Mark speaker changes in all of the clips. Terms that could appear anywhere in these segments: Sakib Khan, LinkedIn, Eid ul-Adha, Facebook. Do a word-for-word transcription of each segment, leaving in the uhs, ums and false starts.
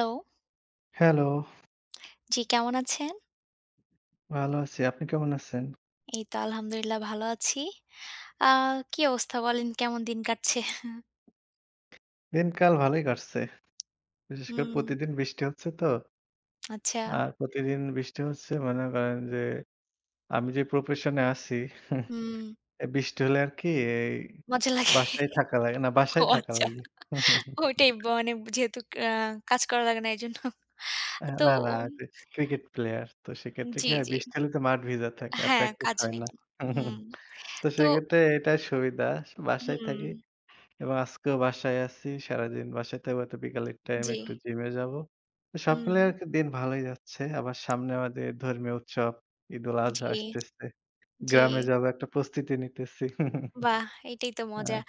Speaker 1: Hello,
Speaker 2: hello,
Speaker 1: জি কেমন আছেন?
Speaker 2: ভালো আছি। আপনি কেমন আছেন?
Speaker 1: এই তো আলহামদুলিল্লাহ ভালো আছি। আ কি অবস্থা বলেন, কেমন দিন কাটছে?
Speaker 2: দিনকাল ভালোই কাটছে। বিশেষ করে
Speaker 1: হুম,
Speaker 2: প্রতিদিন বৃষ্টি হচ্ছে তো।
Speaker 1: আচ্ছা।
Speaker 2: আর প্রতিদিন বৃষ্টি হচ্ছে মনে করেন যে আমি যে প্রফেশনে আছি
Speaker 1: হুম,
Speaker 2: এ বৃষ্টি হলে আর কি এই
Speaker 1: মজা লাগে।
Speaker 2: বাসায় থাকা লাগে না,
Speaker 1: ও
Speaker 2: বাসায় থাকা
Speaker 1: আচ্ছা।
Speaker 2: লাগে।
Speaker 1: ওইটাই মানে, যেহেতু আ কাজ করা লাগে না এজন্য।
Speaker 2: আ
Speaker 1: তো
Speaker 2: না, না
Speaker 1: উম
Speaker 2: যে ক্রিকেট প্লেয়ার। তো সেক্ষেত্রে
Speaker 1: জি,
Speaker 2: কি হয়
Speaker 1: জি।
Speaker 2: বৃষ্টি হলে তো মাঠ ভিজা থাকে আর
Speaker 1: হ্যাঁ,
Speaker 2: প্র্যাকটিস
Speaker 1: কাজ
Speaker 2: হয়
Speaker 1: নেই
Speaker 2: না।
Speaker 1: কোনো। হুম।
Speaker 2: তো
Speaker 1: তো
Speaker 2: সেক্ষেত্রে এটাই সুবিধা। বাসায়
Speaker 1: হুম,
Speaker 2: থাকি। এবং আজকেও বাসায় আছি। সারাদিন বাসায় থাকবো। তো বিকালের টাইম
Speaker 1: জি।
Speaker 2: একটু জিমে যাবো। তো সব
Speaker 1: হুম,
Speaker 2: মিলিয়ে আরকি দিন ভালোই যাচ্ছে। আবার সামনে আমাদের ধর্মীয় উৎসব ঈদুল
Speaker 1: জি,
Speaker 2: আজহা আসতেছে।
Speaker 1: জি।
Speaker 2: গ্রামে যাবো একটা প্রস্তুতি নিতেছি।
Speaker 1: বাহ! এটাই তো
Speaker 2: আহ
Speaker 1: মজা।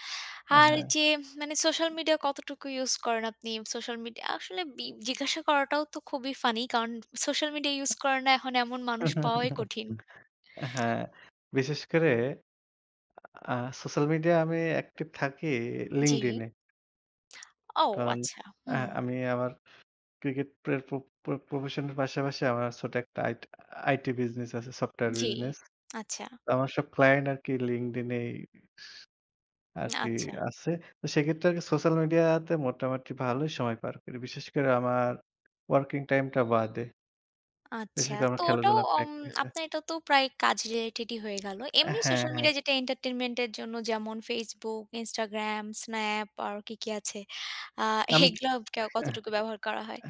Speaker 1: আর
Speaker 2: হ্যাঁ।
Speaker 1: যে মানে সোশ্যাল মিডিয়া কতটুকু ইউজ করেন আপনি? সোশ্যাল মিডিয়া আসলে বি জিজ্ঞাসা করাটাও তো খুবই ফানি। কারণ সোশ্যাল মিডিয়া ইউজ করে না এখন এমন মানুষ পাওয়াই কঠিন।
Speaker 2: হ্যাঁ, বিশেষ করে আ সোশ্যাল মিডিয়ায় আমি অ্যাক্টিভ থাকি
Speaker 1: জি।
Speaker 2: LinkedIn এ।
Speaker 1: ও
Speaker 2: কারণ
Speaker 1: আচ্ছা।
Speaker 2: আ
Speaker 1: হুম।
Speaker 2: আমি আমার ক্রিকেট প্রের প্র প্র প্রফেশনের পাশাপাশি আমার ছোট একটা আইট আইটি বিজনেস আছে, সফটওয়্যার
Speaker 1: জি।
Speaker 2: বিজনেস।
Speaker 1: আচ্ছা,
Speaker 2: তো আমার সব ক্লায়েন্ট আরকি LinkedIn এই আরকি
Speaker 1: আচ্ছা,
Speaker 2: আছে। তো সেক্ষেত্রে আরকি সোশ্যাল মিডিয়াতে মোটামুটি ভালোই সময় পার করি। বিশেষ করে আমার ওয়ার্কিং টাইমটা বাদে।
Speaker 1: আচ্ছা।
Speaker 2: বিশেষ করে
Speaker 1: তো
Speaker 2: আমার
Speaker 1: ওটাও
Speaker 2: খেলাধুলা
Speaker 1: অম
Speaker 2: প্র্যাকটিস
Speaker 1: আপনার এটা তো প্রায় কাজ রিলেটেডই হয়ে গেল।
Speaker 2: এ
Speaker 1: এমনি
Speaker 2: হ্যাঁ,
Speaker 1: সোশ্যাল
Speaker 2: হ্যাঁ।
Speaker 1: মিডিয়া যেটা এন্টারটেইনমেন্ট এর জন্য, যেমন Facebook, Instagram, Snap আর কি, কি আছে? আ
Speaker 2: আমি
Speaker 1: এগুলা ক
Speaker 2: আহ
Speaker 1: কতটুকু ব্যবহার করা হয়?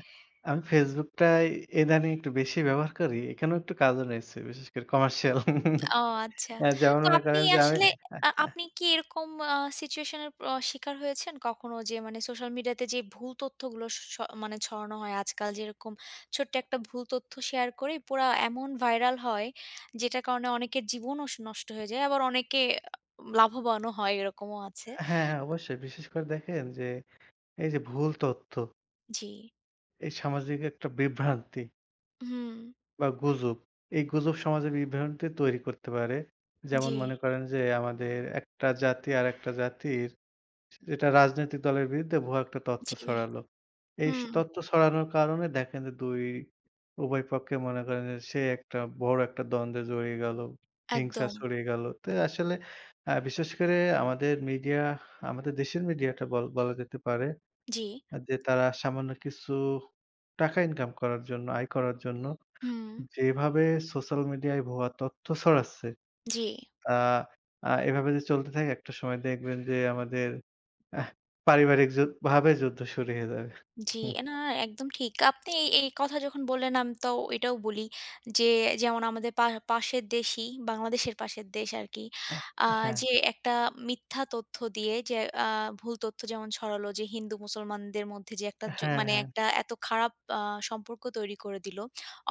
Speaker 2: আমি ফেসবুকটাই ইদানিং একটু বেশি ব্যবহার করি। এখানেও একটু কাজও রয়েছে। বিশেষ করে কমার্শিয়াল
Speaker 1: ও আচ্ছা।
Speaker 2: অ্যা যেমন
Speaker 1: তো
Speaker 2: মনে
Speaker 1: আপনি
Speaker 2: করেন যে আমি
Speaker 1: আসলে আ আপনি কি এরকম আ সিচুয়েশন এর অ শিকার হয়েছেন কখনো? যে মানে সোশ্যাল মিডিয়াতে যে ভুল তথ্যগুলো স স মানে ছড়ানো হয় আজকাল, যেরকম ছোট্ট একটা ভুল তথ্য শেয়ার করে পুরা এমন ভাইরাল হয়, যেটার কারণে অনেকের জীবনও স নষ্ট হয়ে যায়। আবার অনেকে লাভবানও হয়, এরকমও আছে।
Speaker 2: হ্যাঁ, হ্যাঁ অবশ্যই। বিশেষ করে দেখেন যে এই যে ভুল তথ্য,
Speaker 1: জি।
Speaker 2: এই সামাজিক একটা বিভ্রান্তি
Speaker 1: হুম।
Speaker 2: বা গুজব। এই গুজব সমাজে বিভ্রান্তি তৈরি করতে পারে।
Speaker 1: জি,
Speaker 2: যেমন মনে করেন যে আমাদের একটা জাতি আরেকটা জাতির এটা রাজনৈতিক দলের বিরুদ্ধে ভুয়া একটা তথ্য
Speaker 1: জি।
Speaker 2: ছড়ালো। এই স
Speaker 1: হুম।
Speaker 2: তথ্য ছড়ানোর কারণে দেখেন যে দুই উভয় পক্ষে মনে করেন যে সে একটা বড় একটা দ্বন্দ্বে জড়িয়ে গেল, হিংসা
Speaker 1: একদম।
Speaker 2: ছড়িয়ে গেল। তো আসলে আ বিশেষ করে আমাদের মিডিয়া, আমাদের দেশের মিডিয়াটা বল বলা যেতে পারে
Speaker 1: জি।
Speaker 2: যে তারা সামান্য কিছু টাকা ইনকাম করার জন্য, আয় করার জন্য
Speaker 1: হুম।
Speaker 2: যেভাবে সোশ্যাল মিডিয়ায় ভুয়া তথ্য ছড়াচ্ছে,
Speaker 1: জি।
Speaker 2: তা আ এভাবে যদি চলতে থাকে একটা সময় দেখবেন যে আমাদের আহ পারিবারিক যু ভাবে যুদ্ধ শুরু হয়ে যাবে।
Speaker 1: জি, না, একদম ঠিক। আপনি এই, এই কথা যখন বললেন, আমি তো এটাও বলি যে যেমন আমাদের পা পাশের দেশই, বাংলাদেশের পাশের দেশ আরকি।
Speaker 2: হ্যাঁ,
Speaker 1: আ
Speaker 2: হ্যাঁ,
Speaker 1: যে একটা মিথ্যা তথ্য দিয়ে যে আ ভুল তথ্য যেমন ছড়ালো যে হিন্দু মুসলমানদের মধ্যে যে একটা জ
Speaker 2: হ্যাঁ,
Speaker 1: মানে
Speaker 2: হ্যাঁ,
Speaker 1: একটা এত খারাপ আ সম্পর্ক তৈরি করে দিল।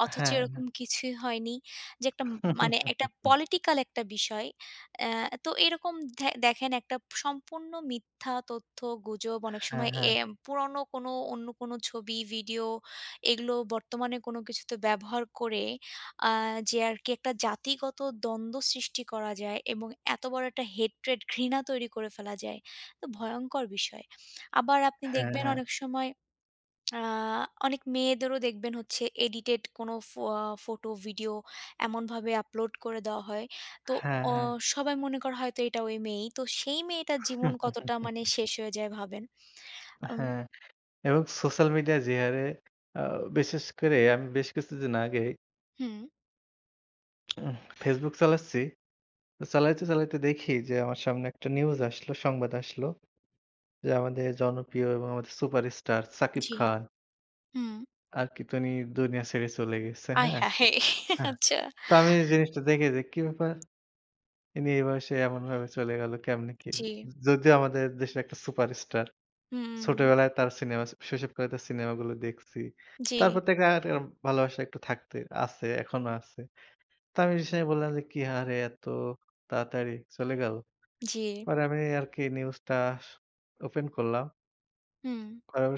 Speaker 1: অথচ
Speaker 2: হ্যাঁ,
Speaker 1: এরকম কিছুই হয়নি। যে একটা উম মানে একটা পলিটিক্যাল একটা বিষয়, অ্যা তো এরকম দে দেখেন, একটা সম্পূর্ণ মিথ্যা তথ্য, গুজব অনেক
Speaker 2: হ্যাঁ,
Speaker 1: সময়
Speaker 2: হ্যাঁ,
Speaker 1: এ পুরনো কোনো অন্য কোনো ছবি, ভিডিও এগুলো বর্তমানে কোনো কিছুতে ব্যবহার করে আ যে আরকি একটা জাতিগত দ্বন্দ্ব সৃষ্টি করা যায় এবং এত বড় একটা হেট্রেড, ঘৃণা তৈরি করে ফেলা যায়। তো ভয়ংকর বিষয়। আবার আপনি দেখবেন
Speaker 2: হ্যাঁ,
Speaker 1: অনেক সময় আ অনেক মেয়েদেরও দেখবেন হচ্ছে এডিটেড কোনো ফো আ ফটো, ভিডিও এমনভাবে আপলোড করে দেওয়া হয়। তো
Speaker 2: হ্যাঁ,
Speaker 1: অ
Speaker 2: হ্যাঁ,
Speaker 1: সবাই মনে করে হয়তো এটা ওই মেয়েই। তো সেই মেয়েটার জীবন কতটা মানে শেষ হয়ে যায়, ভাবেন। আম
Speaker 2: হ্যাঁ এবং সোশ্যাল মিডিয়া যে হারে আ বিশেষ করে আমি বেশ কিছুদিন আগে
Speaker 1: হুম,
Speaker 2: Facebook চালাচ্ছি। তো চালাইতে, চালাইতে দেখি যে আমার সামনে একটা নিউজ আসলো, সংবাদ আসলো যে আমাদের জনপ্রিয় এবং আমাদের সুপারস্টার সাকিব
Speaker 1: জি,
Speaker 2: খান
Speaker 1: হুম।
Speaker 2: আর কি তো উনি দুনিয়া ছেড়ে চলে গেছে,
Speaker 1: আয়
Speaker 2: হ্যাঁ?
Speaker 1: হায়!
Speaker 2: হ্যাঁ।
Speaker 1: আচ্ছা।
Speaker 2: তো আমি এই জিনিসটা দেখে যে কি ব্যাপার? ইনি এই বয়সে এমনভাবে চলে গেল কেমনে কি?
Speaker 1: জি,
Speaker 2: যদিও আমাদের দেশের একটা সুপারস্টার।
Speaker 1: হুম,
Speaker 2: ছোটবেলায় তার সিনেমা শৈশবকালে তার সিনেমাগুলো দেখছি।
Speaker 1: জি,
Speaker 2: তারপর থেকে আর এরম ভালোবাসা একটু থাকতে আছে, এখনো আছে। তো আমি সেসময় বললাম যে, "কি হারে এত তাড়াতাড়ি চলে গেল?"
Speaker 1: জি,
Speaker 2: পরে আমি আর কি নিউজটা ওপেন করলাম।
Speaker 1: হুম।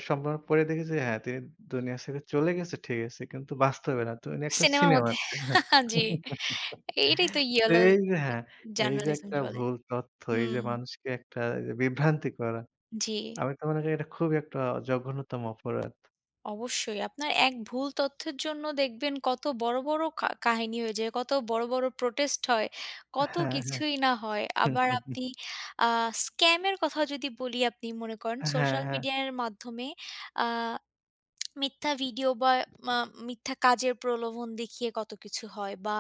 Speaker 2: সম্ভ্রম পরে দেখি যে হ্যাঁ, তিনি দুনিয়া থেকে চলে গেছে ঠিক আছে। কিন্তু বাস্তবে না। তিনি একটা
Speaker 1: সিনেমার মধ্যে
Speaker 2: সিনেমাতে। হ্যাঁ।
Speaker 1: জি, এইটাই তো
Speaker 2: তো
Speaker 1: ইয়েলো
Speaker 2: এই যে হ্যাঁ, এই যে
Speaker 1: জার্নালিজম
Speaker 2: একটা
Speaker 1: বলে।
Speaker 2: ভুল তথ্য, এই যে
Speaker 1: হুম,
Speaker 2: মানুষকে একটা এই যে বিভ্রান্তি করা।
Speaker 1: জি।
Speaker 2: আমি তো মনে করি এটা খুবই একটা জঘন্যতম অপরাধ।
Speaker 1: অবশ্যই। আপনার এক ভুল তথ্যের জন্য দেখবেন কত বড়, বড় কা কাহিনী হয়ে যায়, কত বড়, বড় প্রোটেস্ট হয়, কত
Speaker 2: হ্যাঁ, হ্যাঁ।
Speaker 1: কিছুই না হয়। আবার আপনি আ স্ক্যাম এর কথা যদি বলি, আপনি মনে করেন
Speaker 2: হ্যাঁ,
Speaker 1: সোশ্যাল
Speaker 2: হ্যাঁ।
Speaker 1: মিডিয়ার মাধ্যমে আ মিথ্যা ভিডিও বা মা মিথ্যা কাজের প্রলোভন দেখিয়ে কত কিছু হয়, বা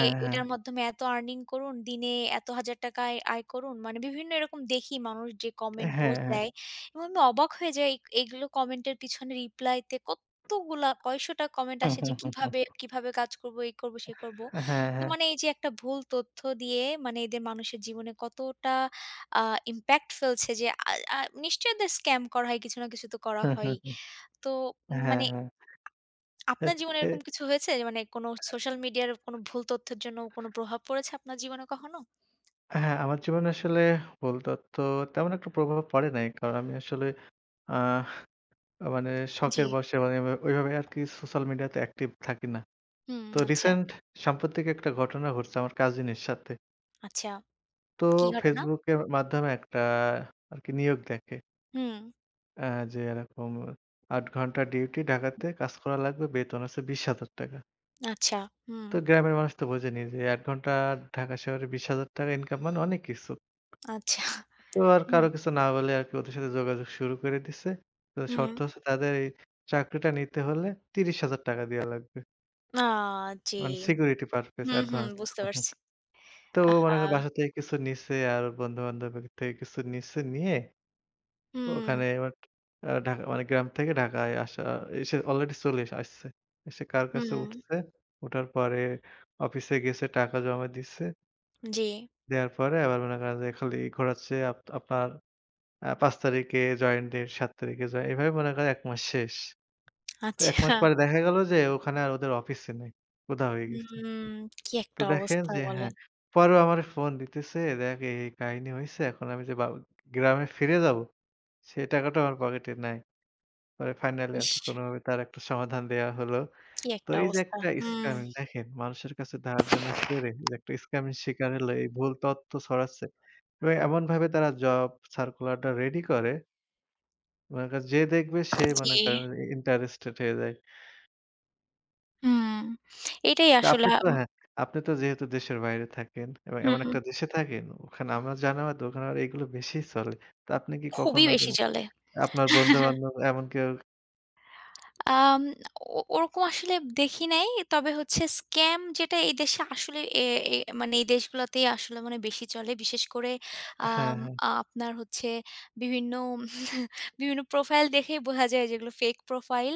Speaker 1: এ
Speaker 2: হ্যাঁ।
Speaker 1: এটার মাধ্যমে এত আর্নিং করুন, দিনে এত হাজার টাকা আয় আয় করুন। মানে বিভিন্ন এরকম দেখি মানুষ যে কমেন্ট
Speaker 2: হ্যাঁ,
Speaker 1: পোস্ট
Speaker 2: হ্যাঁ।
Speaker 1: দেয়, এবং আমি অবাক হয়ে যাই এগ এগুলো কমেন্টের পিছনে রিপ্লাইতে কতগুলা কয়েকশটা কমেন্ট আসে যে কিভাবে, কিভাবে কাজ করব, এই করব, সে করব।
Speaker 2: হ্যাঁ,
Speaker 1: তো
Speaker 2: হ্যাঁ।
Speaker 1: মানে এই যে একটা ভুল তথ্য দিয়ে মানে এদের মানুষের জীবনে কতটা আ ইমপ্যাক্ট ফেলছে, যে আ আ নিশ্চয়ই এদের স্ক্যাম করা হয়, কিছু না কিছু তো করা হয়ই। তো উম,
Speaker 2: হ্যাঁ,
Speaker 1: মানে
Speaker 2: হ্যাঁ। এ
Speaker 1: আপনার জীবনে
Speaker 2: এ
Speaker 1: এরকম কিছু হয়েছে? যে মানে কোনো সোশ্যাল মিডিয়ার কোনো ভুল তথ্যের জন্য কোনো প্রভাব পড়েছে আপনার জীবনে কখনো?
Speaker 2: হ্যাঁ, আমার জীবনে আসলে ভুল তথ্য তেমন একটা প্রভাব পড়ে নাই। কারণ আমি আসলে আ আ মানে
Speaker 1: জি।
Speaker 2: শখের বশে মানে ওইভাবে আরকি সোশ্যাল মিডিয়াতে অ্যাক্টিভ থাকি না।
Speaker 1: হুম,
Speaker 2: তো
Speaker 1: আচ্ছা,
Speaker 2: রিসেন্ট সাম্প্রতিক একটা ঘটনা ঘটছে আমার কাজিনের সাথে।
Speaker 1: আচ্ছা।
Speaker 2: তো
Speaker 1: কি ঘটনা?
Speaker 2: Facebook এর মাধ্যমে একটা আরকি নিয়োগ দেখে।
Speaker 1: হুম,
Speaker 2: আ যে এরকম আট ঘন্টা ডিউটি ঢাকাতে কাজ করা লাগবে। বেতন আছে ৳বিশ হাজার টাকা।
Speaker 1: আচ্ছা, হুম,
Speaker 2: তো গ্রামের মানুষ তো বোঝেনি যে আট ঘন্টা ঢাকা শহরে ৳বিশ হাজার টাকা ইনকাম মানে অনেক কিছু।
Speaker 1: আচ্ছা,
Speaker 2: তো আর
Speaker 1: হুম,
Speaker 2: কারো কিছু না বলে আরকি ওদের সাথে যোগাযোগ শুরু করে দিছে। তো
Speaker 1: হুম।
Speaker 2: শর্ত হচ্ছে তাদের এই চাকরিটা নিতে হলে ৳ত্রিশ হাজার টাকা দেয়া লাগবে।
Speaker 1: আ জি।
Speaker 2: মানে সিকিউরিটি পারপোজ
Speaker 1: হুম, হুম,
Speaker 2: অ্যাডভান্স।
Speaker 1: বুঝতে পারছি।
Speaker 2: তো মনে করেন
Speaker 1: আহা!
Speaker 2: বাসা থেকে কিছু নিছে আর বন্ধু-বান্ধব থেকে কিছু নিছে নিয়ে
Speaker 1: হুম,
Speaker 2: ওখানে বাট আ ঢাকা মানে গ্রাম থেকে ঢাকায় আসা এসে অলরেডি চলে এসে আসছে। এসে কার কাছে
Speaker 1: হুম,
Speaker 2: উঠছে, উঠার পরে অফিসে গেছে টাকা জমা দিছে।
Speaker 1: জি।
Speaker 2: দেওয়ার পরে আবার মনে করেন যে খালি ঘোরাচ্ছে আপ আপনার আ পাঁচ তারিখে জয়েন ডেট সাত তারিখে জয়েন এভাবে মনে করেন এক মাস শেষ। তো এক মাস
Speaker 1: আচ্ছা,
Speaker 2: পরে দেখা গেল যে ওখানে আর ওদের অফিসই নাই। উধা হয়ে গেছে।
Speaker 1: হুম, কি
Speaker 2: তো
Speaker 1: একটা
Speaker 2: দেখেন
Speaker 1: অবস্থা
Speaker 2: যে
Speaker 1: বলেন।
Speaker 2: হ্যাঁ, পরেও আমারে ফোন দিতেছে, "দেখ এই, এই কাহিনী হইছে। এখন আমি যে বা গ্রামে ফিরে যাবো, সেই টাকাটাও আমার পকেটে নাই।" পরে ফাইনালি আরকি
Speaker 1: ইস!
Speaker 2: কোনোভাবে তার একটা সমাধান দেয়া হলো।
Speaker 1: কি
Speaker 2: তো
Speaker 1: একটা
Speaker 2: এই যে
Speaker 1: অবস্থা।
Speaker 2: একটা
Speaker 1: হুম,
Speaker 2: স্ক্যামিং দেখেন, মানুষের কাছে ধার দেনা করে যে একটা স্ক্যামিং শিকার হলো, এই ভুল তথ্য ছড়াচ্ছে। এবং এমনভাবে তারা জব সার্কুলারটা রেডি করে, মনে করেন যে দেখবে সে
Speaker 1: জি,
Speaker 2: মনে করেন ইন্টারেস্টেড হয়ে যায়।
Speaker 1: হুম। এটাই
Speaker 2: তা
Speaker 1: আসলে
Speaker 2: আপনি তো
Speaker 1: আম
Speaker 2: হ্যাঁ, আপনি তো যেহেতু দেশের বাইরে থাকেন এবং এমন
Speaker 1: হুম,
Speaker 2: একটা দেশে থাকেন, ওখানে আমার জানা মতে ওখানে আবার এগুলো বেশিই চলে। তো আপনি কি
Speaker 1: খুবই
Speaker 2: কখনো কি
Speaker 1: বেশি চলে।
Speaker 2: আপনার বন্ধু-বান্ধব এমন কেউ
Speaker 1: আম ও ওরকম আসলে দেখি নাই। তবে হচ্ছে স্ক্যাম যেটা এই দেশে আসলে এ এ মানে এই দেশগুলাতেই আসলে মানে বেশি চলে। বিশেষ করে
Speaker 2: হ্যাঁ,
Speaker 1: আম
Speaker 2: হ্যাঁ,
Speaker 1: আপনার হচ্ছে বিভিন্ন বিভিন্ন প্রোফাইল দেখেই বোঝা যায় যেগুলো ফেক প্রোফাইল।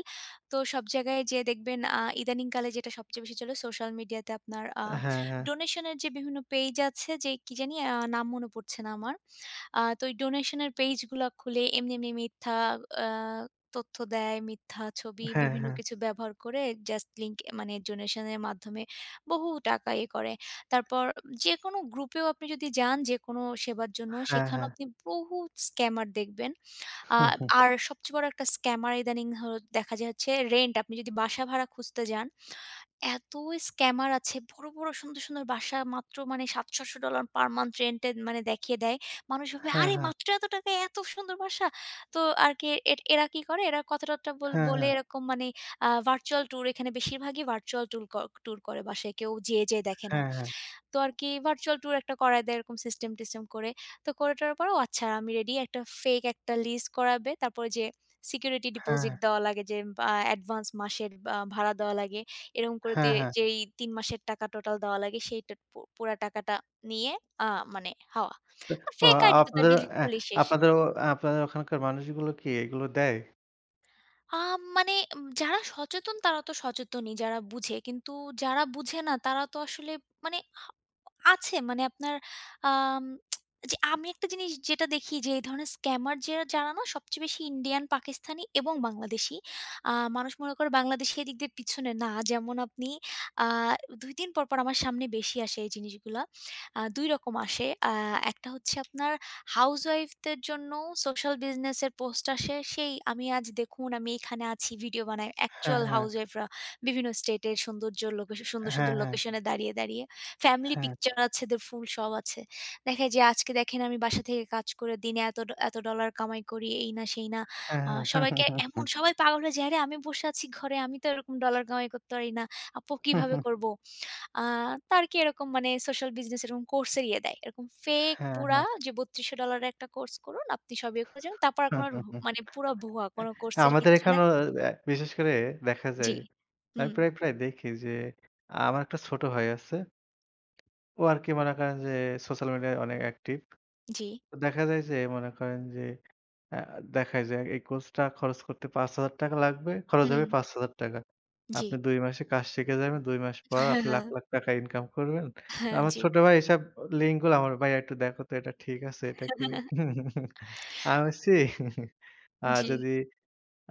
Speaker 1: তো সব জায়গায় যেয়ে দেখবেন আ ইদানিংকালে যেটা সবচেয়ে বেশি চলে সোশ্যাল মিডিয়াতে আপনার আ
Speaker 2: হ্যাঁ,
Speaker 1: ডোনেশন এর যে বিভিন্ন পেজ আছে, যে কি জানি আ নাম মনে পড়ছে না আমার। আ তো ওই ডোনেশনের পেইজগুলা খুলে এমনি, এমনি মিথ্যা আ তথ্য দেয়, মিথ্যা ছবি
Speaker 2: হ্যাঁ, হ্যাঁ,
Speaker 1: বিভিন্ন
Speaker 2: হ্যাঁ,
Speaker 1: কিছু ব্যবহার করে জাস্ট লিঙ্ক মানে ডোনেশনের মাধ্যমে বহু টাকা ইয়ে করে। তারপর যেকোনো গ্রুপেও আপনি যদি যান, যেকোনো সেবার জন্য
Speaker 2: হ্যাঁ,
Speaker 1: সেখানেও
Speaker 2: হ্যাঁ,
Speaker 1: আপনি বহুত স্ক্যামার দেখবেন। আ
Speaker 2: হুম, হুম,
Speaker 1: আর সবচেয়ে বড় একটা স্ক্যামার ইদানিং হ দেখা যায় হচ্ছে রেন্ট। আপনি যদি বাসা ভাড়া খুঁজতে যান, এত স্ক্যামার আছে। বড়, বড় সুন্দর, সুন্দর বাসা মাত্র মানে সাতশো ডলার-আটশো পার মান্থ রেন্ট এ মানে দেখিয়ে দেয়। মানুষ ভাবে,
Speaker 2: হ্যাঁ,
Speaker 1: "আরে
Speaker 2: হ্যাঁ,
Speaker 1: মাত্র এত টাকায় এত সুন্দর বাসা?" তো আর কি, এ এরা কি করে? এরা কথা-টথা বল
Speaker 2: হ্যাঁ,
Speaker 1: বলে
Speaker 2: হ্যাঁ,
Speaker 1: এরকম মানে আ ভার্চুয়াল ট্যুর, এখানে বেশিরভাগই ভার্চুয়াল ট্যুর ক ট্যুর করে, বাসায় কেউ যেয়ে, যেয়ে দেখে না।
Speaker 2: হ্যাঁ, হ্যাঁ,
Speaker 1: তো আর কি ভার্চুয়াল ট্যুর একটা করায় দেয়, এরকম সিস্টেম-টিস্টেম করে। তো করে টরার পরে, "ও আচ্ছা আমি রেডি।" একটা ফেক একটা লিস্ট করাবে। তারপরে যে সিকিউরিটি
Speaker 2: হ্যাঁ,
Speaker 1: ডিপোজিট দেওয়া লাগে যে, বা অ্যাডভান্স মাসের বা ভাড়া দেওয়া লাগে। এরকম করে
Speaker 2: হ্যাঁ,
Speaker 1: দিয়ে
Speaker 2: হ্যাঁ।
Speaker 1: যেই তিন মাসের টাকা টোটাল দেওয়া লাগে সেইটা পু পুরা টাকাটা নিয়ে আ মানে হাওয়া।
Speaker 2: ও
Speaker 1: ফেক আইডি তো তা
Speaker 2: আপনাদের
Speaker 1: ডিলিট
Speaker 2: অ্যা
Speaker 1: করলেই শেষ।
Speaker 2: আপনাদের ও আপনাদের ওখানকার মানুষগুলো কি এগুলো দেয়?
Speaker 1: আ মানে উম যারা সচেতন তারা তো সচেতনই, যারা বুঝে। কিন্তু যারা বুঝে না তারা তো আসলে মানে হা আছে মানে আপনার আম যে আমি একটা জিনিস যেটা দেখি, যে এই ধরনের স্ক্যামার যে যারা না সবচেয়ে বেশি ইন্ডিয়ান, পাকিস্তানি এবং বাংলাদেশী। আ মানুষ মনে করে বাংলাদেশী এদিক দিয়ে পিছনে না। যেমন আপনি আ দুই দিন পর, পর আমার সামনে বেশি আসে এই জিনিসগুলা। আ দুই রকম আসে। আ একটা হচ্ছে আপনার হাউসওয়াইফদের জন্যও সোশ্যাল বিজনেসের পোস্ট আসে। সেই আমি আজ দেখুন আমি এখানে আছি, ভিডিও বানাই।
Speaker 2: হ্যাঁ,
Speaker 1: অ্যাকচুয়াল
Speaker 2: হ্যাঁ,
Speaker 1: হাউসওয়াইফরা বিভিন্ন স্টেটের সৌন্দর্য লোকেশন, সুন্দর,
Speaker 2: হ্যাঁ,
Speaker 1: সুন্দর
Speaker 2: হ্যাঁ,
Speaker 1: লোকেশনে দাঁড়িয়ে, দাঁড়িয়ে ফ্যামিলি
Speaker 2: হ্যাঁ,
Speaker 1: পিকচার আছে, দের ফুল সব আছে। দেখা যায় আজকে দেখেন আমি বাসা থেকে কাজ করে দিনে এত ড এত ডলার কামাই করি, এই না সেই না। আ
Speaker 2: হ্যাঁ, হ্যাঁ,
Speaker 1: সবাইকে
Speaker 2: হ্যাঁ,
Speaker 1: এমন, সবাই পাগল হয়ে যায়, আরে আমি বসে আছি ঘরে, আমি তো এরকম ডলার কামাই করতে পারি না। আপু
Speaker 2: হ্যাঁ,
Speaker 1: কিভাবে করব? আ তাদেরকে এরকম মানে সোশ্যাল বিজনেস এরকম কোর্স এর ইয়ে দেয়। এরকম ফেক
Speaker 2: হ্যাঁ,
Speaker 1: পুরা,
Speaker 2: হ্যাঁ,
Speaker 1: যে বত্রিশশো ডলার এর একটা কোর্স করুন, আপনি সব ইয়ে করে যাবেন। তারপর আর
Speaker 2: হ্যাঁ,
Speaker 1: কোনো র
Speaker 2: হ্যাঁ, হ্যাঁ।
Speaker 1: মানে পুরা ভুয়া, কোনো কোর্স এর
Speaker 2: আমাদের
Speaker 1: কিচ্ছু নাই।
Speaker 2: এখানেও অ্যা বিশেষ করে দেখা
Speaker 1: জি।
Speaker 2: যায়
Speaker 1: হুম,
Speaker 2: আমি প্রায়, প্রায় দেখি যে আমার একটা ছোট ভাই আছে। ও আরকি মনে করেন যে সোশ্যাল মিডিয়ায় অনেক অ্যাক্টিভ।
Speaker 1: জি,
Speaker 2: তো দেখা যায় যে মনে করেন যে আ দেখায় যে এই কোর্সটা খরচ করতে ৳পাঁচ হাজার টাকা লাগবে। খরচ
Speaker 1: হুম,
Speaker 2: হবে ৳পাঁচ হাজার টাকা।
Speaker 1: জি।
Speaker 2: আপনি দুই মাসে কাজ শিখে যাবেন। দুই মাস পর
Speaker 1: হ্যাঁ,
Speaker 2: আপনি লাখ, লাখ টাকা ইনকাম করবেন।
Speaker 1: হ্যাঁ,
Speaker 2: আমার
Speaker 1: জি।
Speaker 2: ছোট ভাই এসব লিঙ্ক গুলো আমার ভাইয়া একটু দেখো তো এটা ঠিক আছে এটা কি আমি বলছি আ
Speaker 1: জি,
Speaker 2: যদি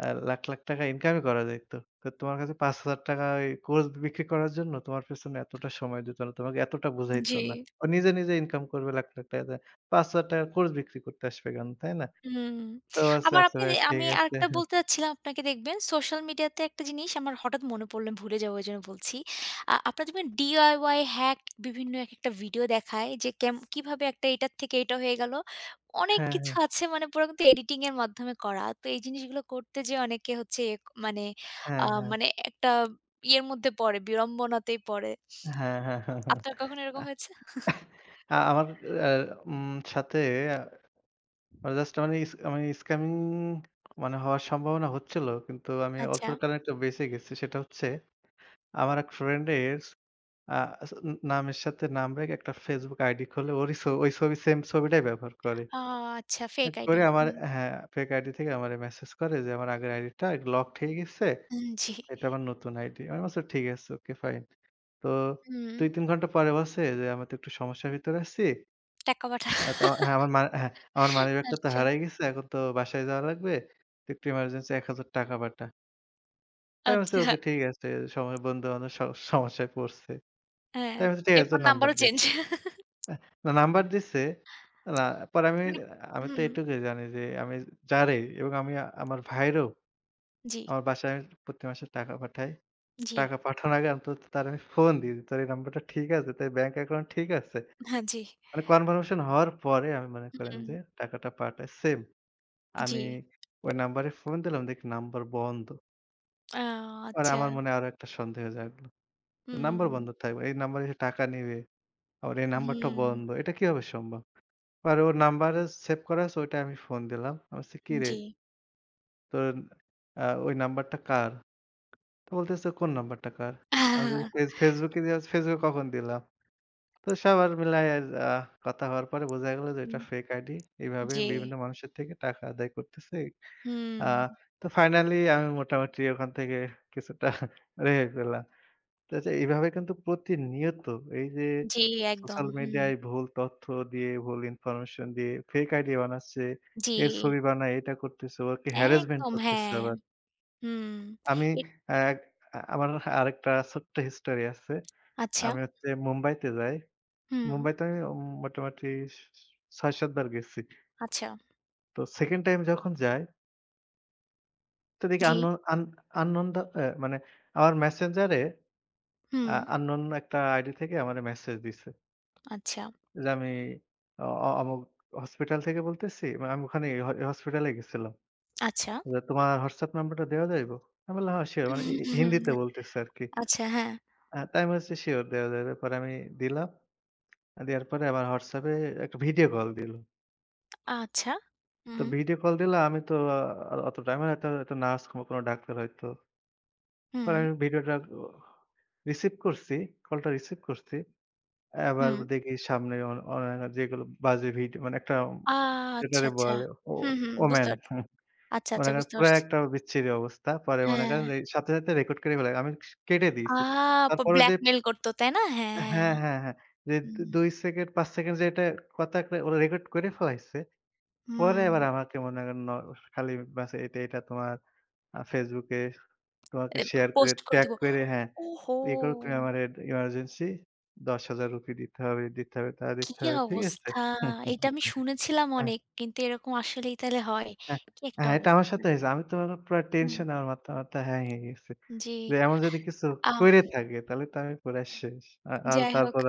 Speaker 2: আ লাখ, লাখ টাকা ইনকামই করা যাইত। তো তোমার কাছে ৳পাঁচ হাজার টাকা ওই কোর্স বিক্রি করার জন্য তোমার পেছনে এতটা সময় দিত না। তোমাকে এতটা বুঝাইত
Speaker 1: জি।
Speaker 2: না। ও নিজে, নিজে ইনকাম করবে লাখ, লাখ টাকা দিয়ে। ৳পাঁচ হাজার টাকা র কোর্স বিক্রি করতে আসবে কেন, তাই না?
Speaker 1: হুম।
Speaker 2: তো আচ্ছা,
Speaker 1: আবার
Speaker 2: আচ্ছা
Speaker 1: আপনি যে,
Speaker 2: ভাইয়া ঠিক
Speaker 1: আমি
Speaker 2: আছে।
Speaker 1: আরেকটা বলতে চাচ্ছিলাম আপনাকে, দেখবেন সোশ্যাল মিডিয়াতে একটা জিনিস আমার হঠাৎ মনে পড়ল, আমি ভুলে যাবো এজন্য বলছি। আ আপনারা দেখবেন ডি আই ওয়াই হ্যাক বিভিন্ন একেকটা ভিডিও দেখায় যে কেম কিভাবে একটা এটার থেকে এটা হয়ে গেল। অনেক
Speaker 2: হ্যাঁ,
Speaker 1: কিছু আছে মানে পুরো কিন্তু এডিটিং এর মাধ্যমে করা। তো এই জিনিসগুলো করতে যেয়ে অনেকে হচ্ছে এক মানে
Speaker 2: হ্যাঁ,
Speaker 1: আ
Speaker 2: হ্যাঁ, হ্যাঁ,
Speaker 1: মানে একটা ইয়ের মধ্যে পড়ে, বিড়ম্বনাতেই পড়ে।
Speaker 2: হ্যাঁ, হ্যাঁ, হ্যাঁ, হ্যাঁ।
Speaker 1: আপনার কখনো এরকম হয়েছে?
Speaker 2: আ আমার আ উম সাথে আ জাস্ট মানে ইস মানে স্ক্যামিং মানে হওয়ার সম্ভাবনা হচ্ছিল। কিন্তু আমি
Speaker 1: আচ্ছা।
Speaker 2: অল্পের কারণে একটু বেঁচে গেছি। সেটা হচ্ছে আমার এক ফ্রেন্ডের আ স নামের সাথে নাম রেখে একটা Facebook আইডি খুলে ওরই ছ ওই ছবি সেম ছবিটাই ব্যবহার করে।
Speaker 1: আ আচ্ছা, ফেক
Speaker 2: অ্যাড
Speaker 1: আইডি।
Speaker 2: করে আমার
Speaker 1: হুম,
Speaker 2: হ্যাঁ, ফেক আইডি থেকে আমারে মেসেজ করে যে আমার আগের আইডিটা লকড হয়ে গেছে।
Speaker 1: হুম, জি।
Speaker 2: এটা আমার নতুন আইডি। আমি বলছি ঠিক আছে, ওকে ফাইন। তো
Speaker 1: হুম।
Speaker 2: দুই তিন ঘন্টা পরে বলছে যে আমি তো একটু সমস্যার ভিতরে আছি।
Speaker 1: টাকা পাঠা।
Speaker 2: আ তো হ্যাঁ, আমার মা হ্যাঁ, আমার মানিব্যাগটা তো
Speaker 1: আচ্ছা,
Speaker 2: হারায় গেছে। এখন তো বাসায় যাওয়া লাগবে। তো একটু এমার্জেন্সি ৳এক হাজার টাকা পাঠা। তো আমি বলছি
Speaker 1: আচ্ছা।
Speaker 2: ওকে ঠিক আছে। সময় বন্ধু-বান্ধব স সমস্যায় পড়ছে। তো
Speaker 1: হ্যাঁ,
Speaker 2: আমি বলছি ঠিক আছে
Speaker 1: এরপর
Speaker 2: তোর নাম্বার
Speaker 1: নাম্বারও
Speaker 2: দে।
Speaker 1: চেঞ্জ।
Speaker 2: না নাম্বার দিছে। না পরে আমি
Speaker 1: মানে
Speaker 2: আমি তো
Speaker 1: হুম,
Speaker 2: এটুকুই জানি যে আমি যারে এবং আমি আমার ভাইয়েরও
Speaker 1: জি,
Speaker 2: আমার বাসায় আমি প্রতি মাসে টাকা পাঠাই।
Speaker 1: জি।
Speaker 2: টাকা পাঠানোর আগে অন্তত তার আমি ফোন দিই যে, "তোর এই নাম্বারটা ঠিক আছে? তোর ব্যাংক অ্যাকাউন্ট ঠিক আছে?"
Speaker 1: হ্যাঁ, জি।
Speaker 2: মানে কনফার্মেশন হওয়ার পরে আমি মনে করেন
Speaker 1: হুম,
Speaker 2: যে টাকাটা পাঠাই। সেম
Speaker 1: জি।
Speaker 2: আমি ওই নাম্বারে ফোন দিলাম, দেখি নাম্বার বন্ধ।
Speaker 1: আ
Speaker 2: পরে
Speaker 1: আচ্ছা।
Speaker 2: আমার মনে আরো একটা সন্দেহ জাগলো।
Speaker 1: হুম,
Speaker 2: নাম্বার বন্ধ থাকবে। এই নাম্বারে সে টাকা নিবে। আবার এই নাম্বারটা
Speaker 1: হুম,
Speaker 2: বন্ধ। এটা কিভাবে সম্ভব? পরে ওর নাম্বারে সেভ করা আছে ওইটায় আমি ফোন দিলাম। আমি বলছি, "কিরে
Speaker 1: জি।
Speaker 2: তোর আ ওই নাম্বারটা কার?" তো বলতেছে, "কোন নাম্বারটা কার?" আমি বলছি, "ফেস Facebook এ দেয়া আছে, Facebook এ কখন দিলাম?" তো সবার মিলায় আ কথা হওয়ার পরে বোঝা গেল যে এটা
Speaker 1: হুম,
Speaker 2: ফেক আইডি। এভাবে
Speaker 1: জি।
Speaker 2: বিভিন্ন মানুষের থেকে টাকা আদায় করতেছে।
Speaker 1: হুম,
Speaker 2: আ তো ফাইনালি আমি মোটামুটি ওখান থেকে কিছুটা রেহাই পেলাম। আচ্ছা এইভাবে কিন্তু প্রতিনিয়ত এই যে
Speaker 1: জি, একদম।
Speaker 2: সোশ্যাল
Speaker 1: হুম,
Speaker 2: মিডিয়ায় ভুল তথ্য দিয়ে, ভুল ইনফরমেশন দিয়ে ফেক আইডি বানাচ্ছে,
Speaker 1: জি,
Speaker 2: এর ছবি বানায় এটা করতেছে, ওকে হ্যারাসমেন্ট
Speaker 1: একদম,
Speaker 2: করতেছে
Speaker 1: হ্যাঁ।
Speaker 2: আবার।
Speaker 1: হুম,
Speaker 2: আমি
Speaker 1: এ
Speaker 2: এক আ আমার আরেকটা ছোট্ট হিস্টোরি আছে।
Speaker 1: আচ্ছা,
Speaker 2: আমি হচ্ছে মুম্বাইতে যাই।
Speaker 1: হুম,
Speaker 2: মুম্বাইতে আমি উম মোটামুটি স ছয় সাত বার গেছি।
Speaker 1: আচ্ছা,
Speaker 2: তো সেকেন্ড টাইম যখন যাই তো দেখি
Speaker 1: জি,
Speaker 2: আননোন আন আননোন দা অ্যা মানে আমার মেসেঞ্জারে
Speaker 1: হুম,
Speaker 2: আ আননোন একটা আইডি থেকে আমারে মেসেজ দিছে।
Speaker 1: আচ্ছা,
Speaker 2: যে আমি অ অ অমুক হসপিটাল থেকে বলতেছি। মানে আমি ওখানে হ হসপিটালে গেছিলাম।
Speaker 1: আচ্ছা।
Speaker 2: যে, "তোমার হোয়াটসঅ্যাপ নাম্বারটা দেওয়া যাইব?" আমি বললাম, "হ্যাঁ, সিওর।" মানে হি হিন্দিতে বলতেছে আরকি।
Speaker 1: আচ্ছা, হ্যাঁ,
Speaker 2: আ তাই আমি বলছি, "সিওর দেওয়া যাবে।" পরে আমি দিলাম। দেওয়ার পরে আমার হোয়াটসঅ্যাপে একটা ভিডিও কল দিল।
Speaker 1: আচ্ছা,
Speaker 2: তো
Speaker 1: হুম,
Speaker 2: ভিডিও কল দিল আমি তো আ অতটা আমি হয়তো একটা নার্স কিংবা কোনো ডাক্তার হয়তো।
Speaker 1: হুম।
Speaker 2: পরে আমি ভিডিওটা ও রিসিভ করছি, কলটা রিসিভ করছি। আবার
Speaker 1: হুম।
Speaker 2: দেখি সামনে অ অ যেগুলো বাজে ভিডিও মানে একটা
Speaker 1: আ আচ্ছা,
Speaker 2: যেটারে
Speaker 1: আচ্ছা।
Speaker 2: বলে ও
Speaker 1: হুম, হুম, বুঝতে
Speaker 2: ওম্যান।
Speaker 1: পারছি। আচ্ছা,
Speaker 2: মনে
Speaker 1: আচ্ছা,
Speaker 2: করেন
Speaker 1: বুঝতে
Speaker 2: পুরা
Speaker 1: পারছি।
Speaker 2: একটা বিচ্ছিরি অবস্থা। পরে মনে
Speaker 1: হ্যাঁ।
Speaker 2: করেন এই সাথে, সাথে রেকর্ড করে ফেলে। আমি কেটে
Speaker 1: আ
Speaker 2: দিয়েছি।
Speaker 1: প
Speaker 2: তারপরে যে
Speaker 1: ব্ল্যাকমেইল করত, তাই না? হ্যাঁ।
Speaker 2: হ্যাঁ, হ্যাঁ, হ্যাঁ। যে
Speaker 1: হুম,
Speaker 2: দুই সেকেন্ড পাঁচ সেকেন্ড যে এটা কথা একটা ওরা রেকর্ড করে ফেলাইছে। পরে
Speaker 1: হুম।
Speaker 2: আবার আমাকে মনে করেন ন খালি বাস এটা, এটা তোমার আ Facebook এ তোমাকে
Speaker 1: এ
Speaker 2: শেয়ার করে
Speaker 1: পোস্ট করে
Speaker 2: ট্যাগ
Speaker 1: দিব।
Speaker 2: করে হ্যাঁ,
Speaker 1: ওহো!
Speaker 2: ইয়ে করো তুমি আমার এড ইমার্জেন্সি ৳দশ হাজার টাকা দিতে হবে, দিতে হবে, তা
Speaker 1: কি
Speaker 2: দিতে হবে। ঠিক আছে?
Speaker 1: অবস্থা! এটা আমি শুনেছিলাম অনেক। কিন্তু এরকম আসলেই তাহলে হয়।
Speaker 2: হ্যাঁ,
Speaker 1: কি একটা
Speaker 2: হ্যাঁ, এটা আমার
Speaker 1: অবস্থা!
Speaker 2: সাথে হইছে। আমি তো মানে পুরা
Speaker 1: হুম,
Speaker 2: টেনশনে আমার মাথা মাথা হ্যাং হয়ে গেছে।
Speaker 1: জি।
Speaker 2: যে এমন যদি কিছু
Speaker 1: আহ
Speaker 2: কইরে থাকে তাহলে তো আমি পুরা শেষ। আ আর
Speaker 1: যাই হোক।
Speaker 2: তারপর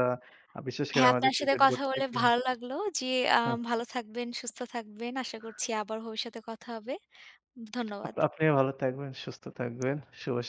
Speaker 2: আ বিশেষ করে
Speaker 1: হ্যাঁ,
Speaker 2: আমাদের
Speaker 1: আপনার সাথে
Speaker 2: ক্রিকেট
Speaker 1: কথা
Speaker 2: বোর্ড
Speaker 1: বলে
Speaker 2: থেকে
Speaker 1: ভালো লাগলো। জি, আ
Speaker 2: হ্যাঁ,
Speaker 1: ভালো থাকবেন, সুস্থ থাকবেন। আশা করছি আবার ভবিষ্যতে কথা হবে। ধন্যবাদ।
Speaker 2: আপনি আপনিও ভালো থাকবেন, সুস্থ থাকবেন। শুভ সা